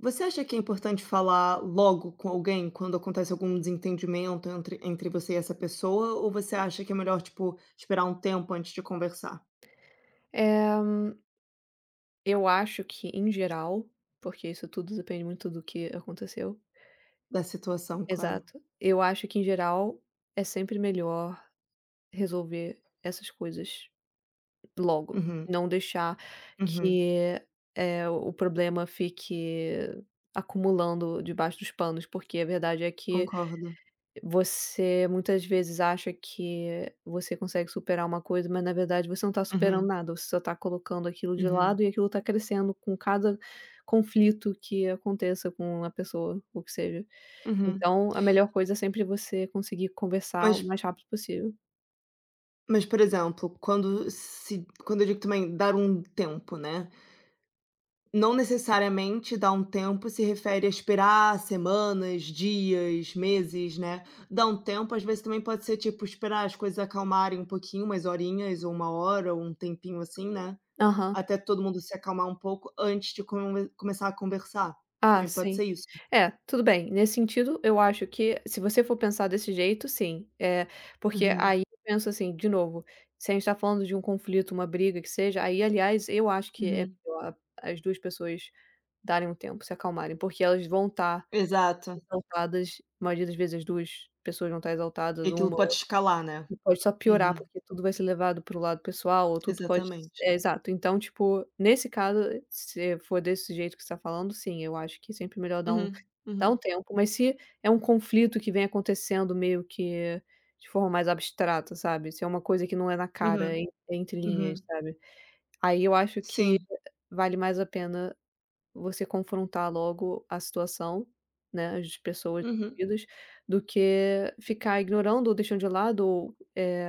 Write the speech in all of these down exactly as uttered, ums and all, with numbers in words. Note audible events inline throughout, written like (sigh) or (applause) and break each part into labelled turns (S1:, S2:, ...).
S1: Você acha que é importante falar logo com alguém quando acontece algum desentendimento entre entre você e essa pessoa, ou você acha que é melhor, tipo, esperar um tempo antes de conversar?
S2: É, eu acho que em geral, porque isso tudo depende muito do que aconteceu.
S1: Da situação, claro.
S2: Exato. Eu acho que em geral é sempre melhor resolver essas coisas logo,
S1: Uhum,
S2: não deixar
S1: uhum,
S2: que, eh, o problema fique acumulando debaixo dos panos, porque a verdade é que
S1: concordo.
S2: você muitas vezes acha que você consegue superar uma coisa, mas na verdade você não está superando
S1: Uhum,
S2: nada, você só está colocando aquilo de
S1: uhum,
S2: lado e aquilo está crescendo com cada conflito que aconteça com a pessoa, o que seja.
S1: uhum.
S2: Então, a melhor coisa é sempre você conseguir conversar o
S1: Mas
S2: mais rápido possível.
S1: mas, por exemplo, quando se quando eu digo também dar um tempo, né? Não necessariamente dar um tempo se refere a esperar semanas, dias, meses, né. Dar um tempo, às vezes, também pode ser, tipo, esperar as coisas acalmarem um pouquinho, umas horinhas ou uma hora ou um tempinho assim, né,
S2: Aham.
S1: até todo mundo se acalmar um pouco antes de come começar a conversar.
S2: Ah,
S1: Também pode
S2: sim.
S1: ser isso.
S2: É, tudo bem, nesse sentido, eu acho que se você for pensar desse jeito, sim. É porque
S1: Uhum,
S2: aí eu penso assim, de novo, se a gente está falando de um conflito, uma briga, que seja, aí, aliás, eu acho que é
S1: uhum.
S2: melhor as duas pessoas darem um tempo, se acalmarem, porque elas vão estar
S1: Exato.
S2: exaltadas, a maioria das vezes as duas pessoas vão estar
S1: E
S2: exaltadas,
S1: aquilo
S2: uma
S1: pode escalar, né.
S2: e pode só piorar,
S1: Uhum,
S2: porque tudo vai ser levado para o lado pessoal ou tudo pode
S1: exatamente.
S2: é, exato. Então, tipo, nesse caso, se for desse jeito que você está falando, sim, eu acho que é sempre é melhor dar um
S1: Uhum,
S2: dar um
S1: uhum,
S2: tempo, mas se é um conflito que vem acontecendo meio que de forma mais abstrata, sabe, se é uma coisa que não é na cara,
S1: uhum,
S2: é en- é entre linhas,
S1: uhum.
S2: sabe, aí eu acho que
S1: Sim.
S2: vale mais a pena você confrontar logo a situação, né, as pessoas
S1: Uhum,
S2: envolvidas, do que ficar ignorando ou deixando de lado ou, eh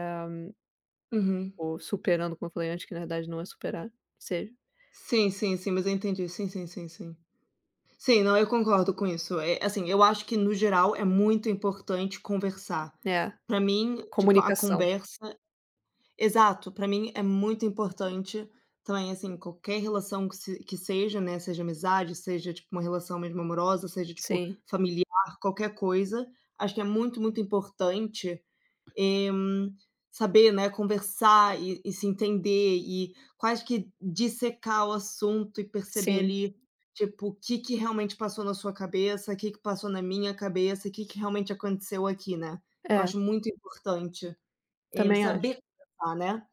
S1: uhum.
S2: ou superando, como eu falei antes, que na verdade não é superar, seja
S1: Sim, sim, sim, mas eu entendi. Sim, sim, sim, sim. Sim, não, eu concordo com isso. Eh, assim, eu acho que no geral é muito importante conversar.
S2: é,
S1: Pra mim, tipo, a
S2: comunicação.
S1: conversa. Exato, pra mim é muito importante também, assim, qualquer relação que se que seja, né, seja amizade, seja, tipo, uma relação mesmo amorosa, seja, tipo,
S2: Sim,
S1: familiar, qualquer coisa, acho que é muito, muito importante Hum, saber, né, conversar e e se entender e quase que dissecar o assunto e perceber
S2: sim.
S1: ali, tipo, o que que realmente passou na sua cabeça, o que que passou na minha cabeça, o que que realmente aconteceu aqui, né. Eu
S2: É,
S1: acho muito importante, eh,
S2: também acho.
S1: saber conversar, né.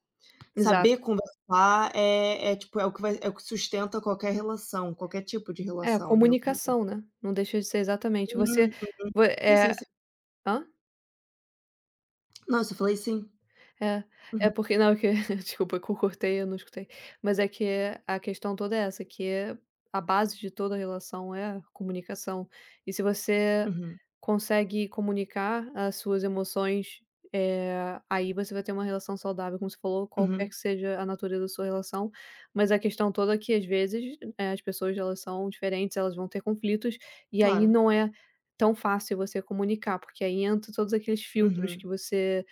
S2: Exato.
S1: Saber conversar é é tipo, é o que vai é o que sustenta qualquer relação, qualquer tipo de
S2: É,
S1: relação, em minha opinião.
S2: comunicação, né, não deixa de ser exatamente, você
S1: Hum,
S2: vo
S1: sim, sim,
S2: é
S1: sim.
S2: hã?
S1: Não, eu só falei sim.
S2: É, é porque não, que (laughs) desculpa que eu cortei, eu não escutei. Mas é que a questão toda é essa, que a base de toda relação é a comunicação. E se você
S1: Uhum,
S2: consegue comunicar as suas emoções, eh, aí você vai ter uma relação saudável, como você falou, qualquer
S1: uhum,
S2: que seja a natureza da sua relação. Mas a questão toda é que às vezes, eh, as pessoas elas são diferentes, elas vão ter conflitos, e aí
S1: claro.
S2: não é tão fácil você comunicar, porque aí entra todos aqueles filtros
S1: Uhum,
S2: que você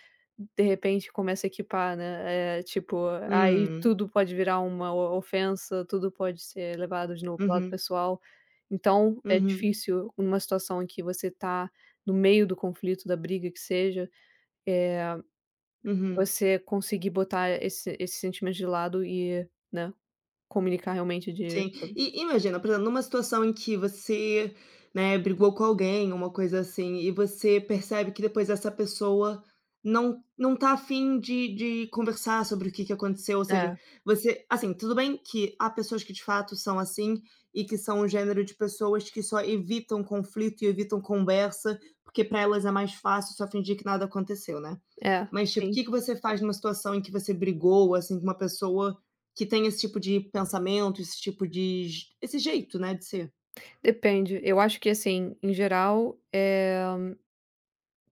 S2: de repente começa a equipar, né, eh, tipo, aí
S1: hum,
S2: tudo pode virar uma o ofensa, tudo pode ser levado de novo para o lado
S1: uhum.
S2: pessoal. Então, é
S1: Uhum,
S2: difícil numa situação em que você tá no meio do conflito, da briga que seja, eh,
S1: uhum,
S2: você conseguir botar esse esse sentimento de lado e, né, comunicar realmente de
S1: sim. E imagina, por exemplo, numa situação em que você, né, brigou com alguém, uma coisa assim, e você percebe que depois essa pessoa não não tá afim de de conversar sobre o que que aconteceu, ou seja,
S2: é,
S1: você assim, tudo bem que há pessoas que de fato são assim, e que são um gênero de pessoas que só evitam conflito e evitam conversa, porque para elas é mais fácil só fingir que nada aconteceu, né.
S2: é,
S1: Mas, tipo, o
S2: sim.
S1: que que você faz numa situação em que você brigou, assim, com uma pessoa que tem esse tipo de pensamento, esse tipo de j esse jeito, né, de ser.
S2: Depende. Eu acho que, assim, em geral, eh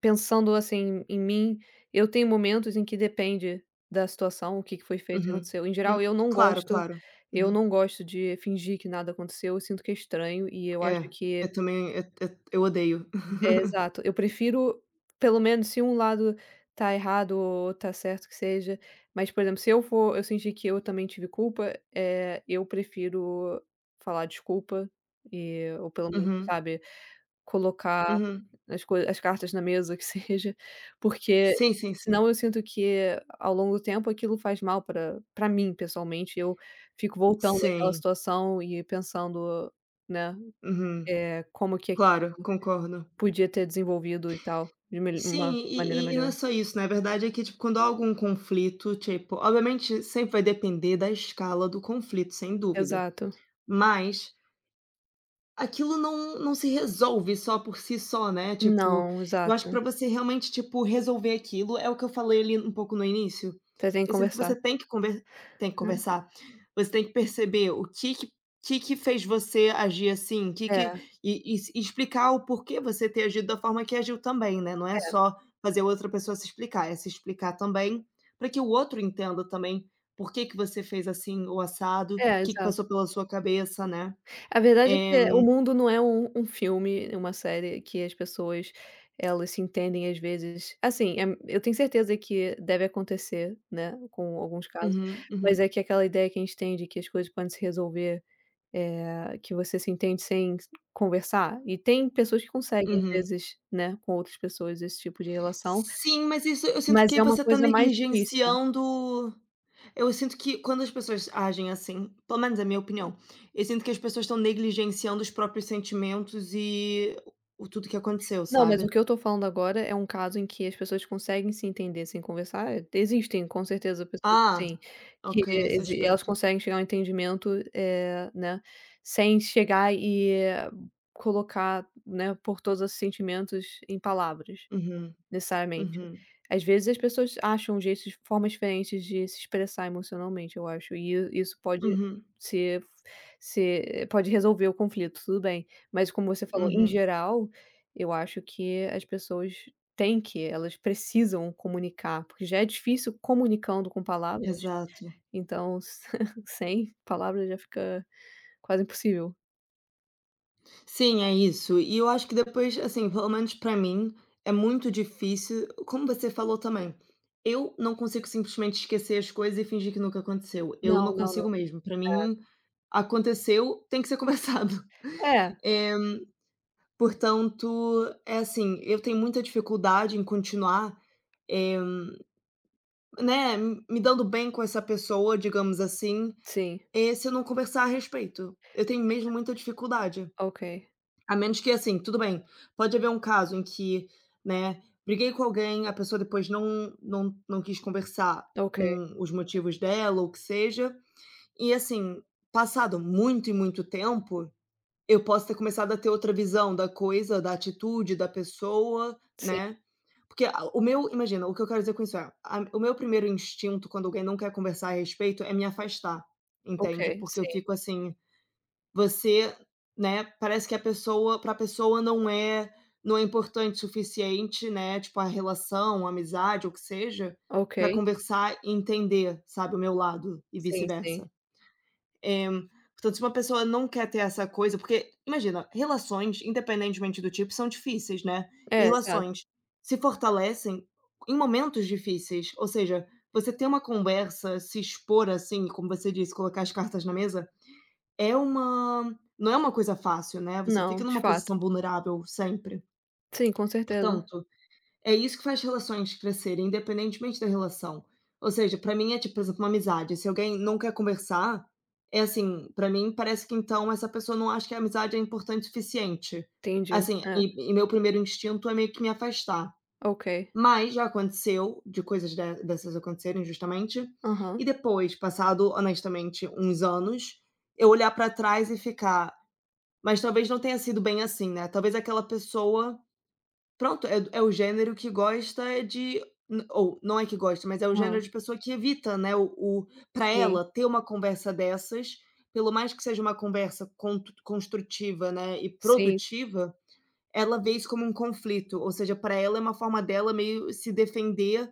S2: pensando, assim, em mim, eu tenho momentos em que depende da situação, o que que foi feito, o que
S1: Uhum.
S2: aconteceu. Em geral,
S1: Hum,
S2: eu não
S1: claro,
S2: gosto
S1: claro.
S2: eu
S1: Uhum.
S2: não gosto de fingir que nada aconteceu, eu sinto que é estranho e eu acho
S1: É,
S2: que
S1: eu também, eu eu eu odeio.
S2: é, exato,
S1: (laughs)
S2: eu prefiro, pelo menos se um lado tá errado ou tá certo que seja, mas, por exemplo, se eu for eu sentir que eu também tive culpa, eh, eu prefiro falar desculpa, eh, ou pelo menos,
S1: Uhum,
S2: sabe, colocar
S1: uhum.
S2: as coi as cartas na mesa, que (laughs) seja, porque
S1: Sim, sim, sim.
S2: senão eu sinto que ao longo do tempo aquilo faz mal para para mim pessoalmente, eu fico voltando àquela
S1: Sim.
S2: situação e pensando, né,
S1: Uhum.
S2: eh, como que
S1: Claro, concordo.
S2: podia ter desenvolvido e tal, de mel uma
S1: Sim,
S2: maneira
S1: e e e não é
S2: melhor.
S1: só isso, né, a verdade é que, tipo, quando há algum conflito, tipo, obviamente sempre vai depender da escala do conflito, sem dúvida,
S2: Exato.
S1: mas aquilo não não se resolve só por si só, né, tipo,
S2: Não,
S1: eu acho que
S2: exato.
S1: pra você realmente, tipo, resolver aquilo, é o que eu falei ali um pouco no início,
S2: Você tem que
S1: eu sinto que
S2: conversar.
S1: você tem que conver tem que conversar, você tem que perceber o que que que que fez você agir assim, que
S2: É,
S1: que
S2: é,
S1: e e se e explicar o porquê você ter agido da forma que agiu também, né, não é só fazer outra pessoa se explicar, é se explicar também, para que o outro entenda também por que que você fez assim o assado, o
S2: é, é,
S1: que que passou
S2: exato.
S1: pela sua cabeça, né.
S2: A verdade é
S1: Eh
S2: que o mundo não é um um filme, uma série que as pessoas, elas se entendem às vezes assim, eh, eu tenho certeza que deve acontecer, né, com alguns casos,
S1: Uhum,
S2: mas
S1: uhum,
S2: é que aquela ideia que a gente tem de que as coisas podem se resolver, eh, que você se entende sem conversar, e tem pessoas que conseguem às
S1: uhum.
S2: vezes, né, com outras pessoas esse tipo de relação,
S1: Sim, mas isso eu sinto
S2: mas
S1: que
S2: é uma
S1: você tá
S2: coisa mais difícil.
S1: negligenciando. Eu sinto que quando as pessoas agem assim, pelo menos é a minha opinião, eu sinto que as pessoas estão negligenciando os próprios sentimentos e o tudo que aconteceu,
S2: Não, mas o
S1: sabe.
S2: que eu tô falando agora é um caso em que as pessoas conseguem se entender sem conversar. Existem, com certeza, pessoas assim,
S1: Ah,
S2: que
S1: ok, nesse
S2: exi elas
S1: aspecto.
S2: conseguem chegar a um entendimento, eh, né, sem chegar e eh, colocar, né, por todos esses sentimentos em palavras.
S1: Uhum,
S2: Necessariamente.
S1: uhum,
S2: Às vezes as pessoas acham jeitos formas diferentes de se expressar emocionalmente, eu acho, e isso pode
S1: uhum,
S2: ser ser pode resolver o conflito, tudo bem. Mas como você falou, em
S1: uhum,
S2: geral, eu acho que as pessoas têm que elas precisam comunicar, porque já é difícil comunicando com palavras,
S1: exato.
S2: então (laughs) sem palavras já fica quase impossível.
S1: Sim, é isso. E eu acho que depois, assim, pelo menos pra mim, é muito difícil, como você falou também, eu não consigo simplesmente esquecer as coisas e fingir que nunca aconteceu. Eu
S2: Não,
S1: não
S2: não,
S1: consigo
S2: não.
S1: mesmo. Pra mim, aconteceu, tem que ser conversado. (laughs)
S2: É,
S1: Eh, Portanto, é assim, eu tenho muita dificuldade em continuar, eh, né, me dando bem com essa pessoa, digamos assim,
S2: sim.
S1: eh, se eu não conversar a respeito. Eu tenho mesmo muita dificuldade.
S2: Ok,
S1: A menos que, assim, tudo bem, pode haver um caso em que, né, briguei com alguém, a pessoa depois não não não quis conversar
S2: ok.
S1: com os motivos dela ou o que seja, e assim, passado muito e muito tempo, eu posso ter começado a ter outra visão da coisa, da atitude da pessoa,
S2: Sim,
S1: né. Porque a o meu imagina, o que eu quero dizer com isso é, a o meu primeiro instinto quando alguém não quer conversar a respeito é me afastar,
S2: ok,
S1: entende. Porque eu
S2: sim,
S1: fico assim você, né, parece que a pessoa para a pessoa não é não é importante o suficiente, né, tipo, a relação, a amizade ou o que seja,
S2: ok.
S1: para conversar e entender, sabe, o meu lado e
S2: Sim, sim.
S1: vice-versa. Eh, Portanto, se uma pessoa não quer ter essa coisa porque imagina, relações, independentemente do tipo, são difíceis, né, e
S2: É, exato.
S1: relações se fortalecem em momentos difíceis, ou seja, você ter uma conversa, se expor, assim, como você disse, colocar as cartas na mesa é uma não é uma coisa fácil, né, você
S2: Não,
S1: fica
S2: de
S1: numa posição
S2: fato.
S1: vulnerável sempre.
S2: Sim, com certeza.
S1: Portanto, é isso que faz relações crescerem, independentemente da relação. Ou seja, pra mim é tipo, por exemplo, uma amizade, se alguém não quer conversar, é assim, pra mim parece que então essa pessoa não acha que a amizade é importante o suficiente.
S2: Entendi.
S1: Assim,
S2: É,
S1: e e meu primeiro instinto é meio que me afastar.
S2: ok.
S1: Mas já aconteceu de coisas de dessas acontecerem justamente,
S2: Aham,
S1: e depois, passado honestamente uns anos, eu olhar pra trás e ficar: mas talvez não tenha sido bem assim, né, talvez aquela pessoa pronto, é é o gênero que gosta de n ou não é que gosta, mas é o
S2: hã.
S1: gênero de pessoa que evita, né, o o pra
S2: Sim,
S1: ela ter uma conversa dessas, pelo mais que seja uma conversa contu construtiva, né, e
S2: sim,
S1: produtiva, ela vê isso como um conflito, ou seja, para ela é uma forma dela meio se defender,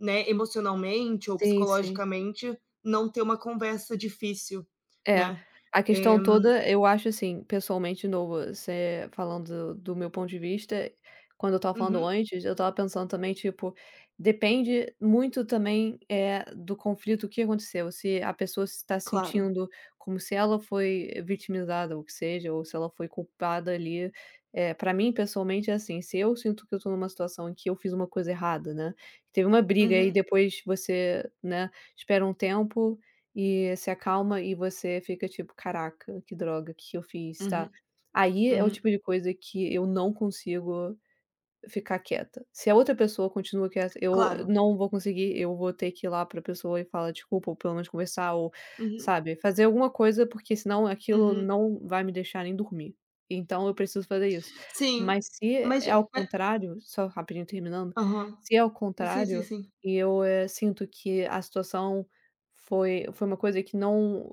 S1: né, emocionalmente ou
S2: sim, sim.
S1: psicologicamente, não ter uma conversa difícil,
S2: É,
S1: né.
S2: a
S1: Eh
S2: questão toda eu acho assim, pessoalmente de novo, você falando do meu ponto de vista, quando eu estava falando
S1: uhum,
S2: antes, eu estava pensando também tipo, depende muito também, é do conflito que aconteceu, se a pessoa se está
S1: claro.
S2: sentindo como se ela foi vitimizada ou que seja, ou se ela foi culpada ali, é para mim pessoalmente é assim, se eu sinto que eu tô numa situação em que eu fiz uma coisa errada, né, teve uma briga e
S1: Uhum,
S2: depois você, né, espera um tempo e se acalma e você fica tipo: "Caraca, que droga, o que que eu fiz", tá?
S1: uhum.
S2: Aí é o
S1: Uhum.
S2: tipo de coisa que eu não consigo ficar quieta. Se a outra pessoa continua quieta, eu
S1: Claro.
S2: não vou conseguir, eu vou ter que ir lá pra pessoa e falar desculpa, ou pelo menos conversar, ou,
S1: Uhum,
S2: sabe, fazer alguma coisa, porque senão aquilo
S1: uhum.
S2: não vai me deixar nem dormir. Então eu preciso fazer isso.
S1: Sim,
S2: Mas se
S1: mas
S2: é ao
S1: ma
S2: contrário, só rapidinho terminando,
S1: aham.
S2: se é ao
S1: Sim, sim,
S2: contrário
S1: sim.
S2: e eu, eh, sinto que a situação foi foi uma coisa que não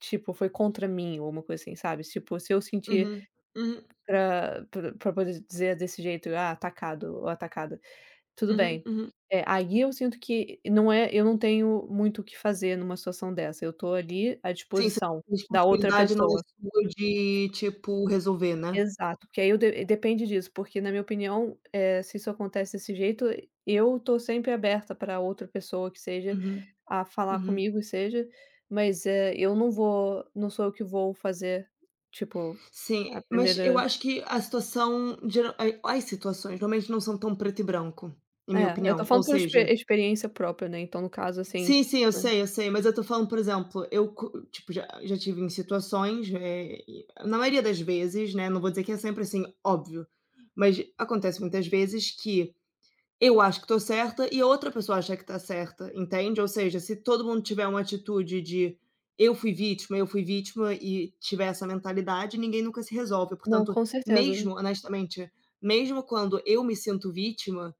S2: tipo, foi contra mim ou uma coisa assim, sabe, tipo, se eu sentir
S1: Uhum, uhum,
S2: Pra pra pra poder dizer desse jeito: "Ah, atacado" ou "atacada". Tudo
S1: uhum,
S2: bem.
S1: uhum.
S2: É, aí eu sinto que não é eu não tenho muito o que fazer numa situação dessa, eu tô ali à
S1: Sim, você
S2: disposição da outra
S1: responsabilidade não é
S2: pessoa.
S1: sua de, tipo, resolver, né.
S2: Exato, porque aí eu de depende disso, porque na minha opinião, eh, se isso acontece desse jeito, eu tô sempre aberta para outra pessoa que seja,
S1: Uhum,
S2: a falar
S1: uhum.
S2: comigo e seja, mas, é eu não vou não sou eu que vou fazer, tipo,
S1: Sim,
S2: a
S1: mas eu
S2: primeira
S1: acho que a situação geral a as situações normalmente não são tão preto e branco, em minha
S2: é, eu
S1: opinião,
S2: tô
S1: ou
S2: falando por expe
S1: seja.
S2: experiência própria, né, então no caso, assim,
S1: Sim, sim, eu
S2: né.
S1: sei, eu sei, mas eu tô falando, por exemplo, eu co tipo, já já tive em situações, eh, e na maioria das vezes, né, não vou dizer que é sempre assim, óbvio, mas acontece muitas vezes que eu acho que tô certa e a outra pessoa acha que tá certa, entende? Ou seja, se todo mundo tiver uma atitude de: "Eu fui vítima, eu fui vítima", e tiver essa mentalidade, ninguém nunca se resolve.
S2: Não,
S1: Portanto,
S2: com certeza.
S1: mesmo honestamente, mesmo quando eu me sinto vítima,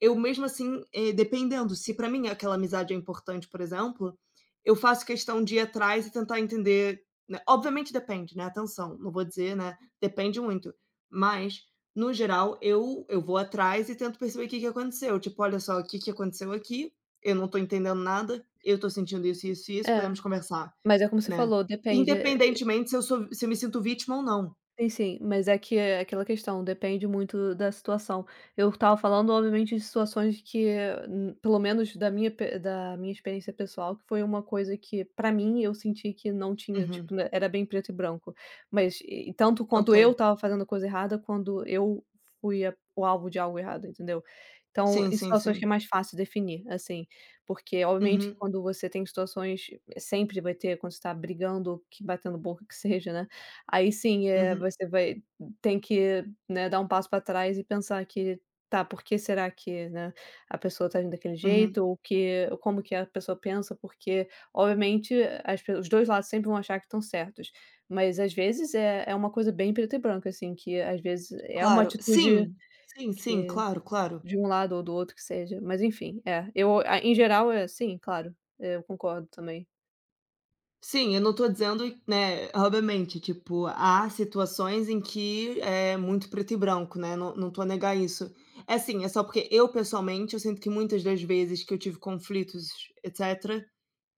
S1: eu mesmo assim, eh, dependendo, se pra mim aquela amizade é importante, por exemplo, eu faço questão de ir atrás e tentar entender, né, obviamente depende, né, atenção, não vou dizer, né, depende muito, mas no geral eu eu vou atrás e tento perceber o que que aconteceu, tipo: "Olha só, o que que aconteceu aqui, eu não tô entendendo nada, eu tô sentindo isso, isso e isso,
S2: É,
S1: podemos conversar",
S2: mas é como você
S1: né.
S2: falou, depende.
S1: Independentemente se eu sou se eu me sinto vítima ou não.
S2: Sim, sim, mas é que é aquela questão, depende muito da situação. Eu estava falando, obviamente, de situações que, hum, pelo menos da minha pe da minha experiência pessoal, que foi uma coisa que, pra mim, eu senti que não tinha,
S1: Uhum,
S2: tipo, né, era bem preto e branco. Mas e e tanto
S1: ok.
S2: quanto eu estava fazendo coisa errada, quando eu fui a o alvo de algo errado, entendeu? Então,
S1: Sim,
S2: em
S1: sim,
S2: situações
S1: sim.
S2: que é mais fácil definir, assim, porque, obviamente,
S1: Uhum,
S2: quando você tem situações é, sempre vai ter, quando você tá brigando, que batendo boca, que seja, né? Aí sim, é
S1: uhum,
S2: você vai tem que, né, dar um passo para trás e pensar que: "Tá, por que será que, né, a pessoa tá agindo daquele
S1: uhum.
S2: jeito?" Ou que como que a pessoa pensa, porque obviamente as pe os dois lados sempre vão achar que estão certos, mas às vezes é é uma coisa bem preto e branco, assim, que às vezes é uma
S1: Claro,
S2: atitude
S1: sim, sim, sim,
S2: que
S1: claro, claro.
S2: de um lado ou do outro que seja, mas enfim, é, eu a em geral é sim, claro, eu concordo também.
S1: Sim, eu não tô dizendo, né, obviamente, tipo, há situações em que é muito preto e branco, né, não não tô a negar isso. É assim, é só porque eu pessoalmente, eu sinto que muitas das vezes que eu tive conflitos, etcetera.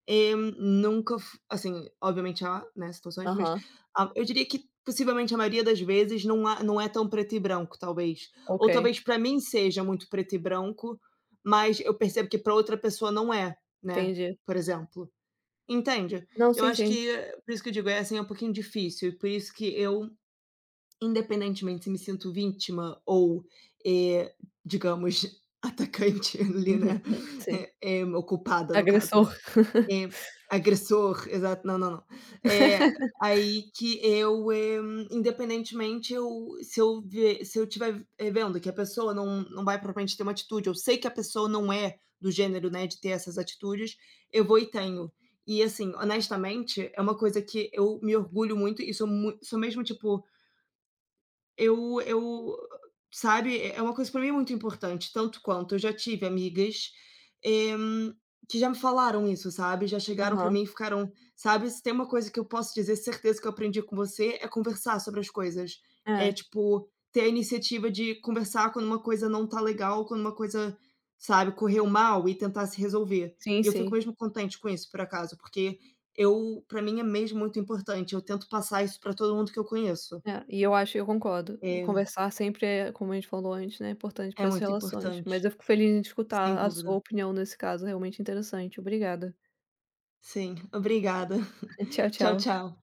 S1: Eh, nunca f assim, obviamente há, né, situações, mas
S2: Aham,
S1: a eu diria que possivelmente a maioria das vezes não há não é tão preto e branco, talvez.
S2: ok,
S1: Ou talvez para mim seja muito preto e branco, mas eu percebo que para outra pessoa não é, né,
S2: entendi.
S1: por exemplo. Entende?
S2: Não,
S1: Eu
S2: sim,
S1: acho
S2: sim.
S1: que eh, por isso que eu digo, é assim, é um pouquinho difícil, e por isso que eu, independentemente se me sinto vítima ou, eh, digamos, (laughs) atacante ali, né,
S2: (laughs) sim.
S1: eh eh, ou no caso,
S2: Agressor.
S1: né, é, agressor, exato, não, não, não. É
S2: (laughs)
S1: aí que eu, eh, independentemente, eu se eu ver se eu tiver eh, vendo que a pessoa não não vai propriamente ter uma atitude, eu sei que a pessoa não é do gênero, né, de ter essas atitudes, eu vou e tenho. E assim, honestamente, é uma coisa que eu me orgulho muito e sou mui sou mesmo, tipo, eu eu sabe, é é uma coisa para mim muito importante, tanto quanto eu já tive amigas, eh, que já me falaram isso, sabe, já chegaram para
S2: Aham.
S1: mim e ficaram: sabe, se tem uma coisa que eu posso dizer certeza que eu aprendi com você, é conversar sobre as coisas. É,
S2: É.
S1: tipo, ter a iniciativa de conversar quando uma coisa não tá legal, quando uma coisa, sabe, correu mal e tentar se resolver.
S2: Sim,
S1: E eu fico
S2: sim.
S1: mesmo contente com isso, por acaso, porque eu para mim é mesmo muito importante, eu tento passar isso para todo mundo que eu conheço.
S2: É, e eu acho eu concordo.
S1: Eh
S2: Conversar sempre é, como a gente falou antes, né, importante
S1: É
S2: para as
S1: muito
S2: relações.
S1: importante,
S2: Mas eu fico feliz em
S1: sem
S2: escutar a sua
S1: dúvida.
S2: opinião nesse caso, é realmente interessante. Obrigada.
S1: Sim, obrigada.
S2: (laughs) Tchau,
S1: (laughs) Tchau,
S2: tchau.
S1: tchau.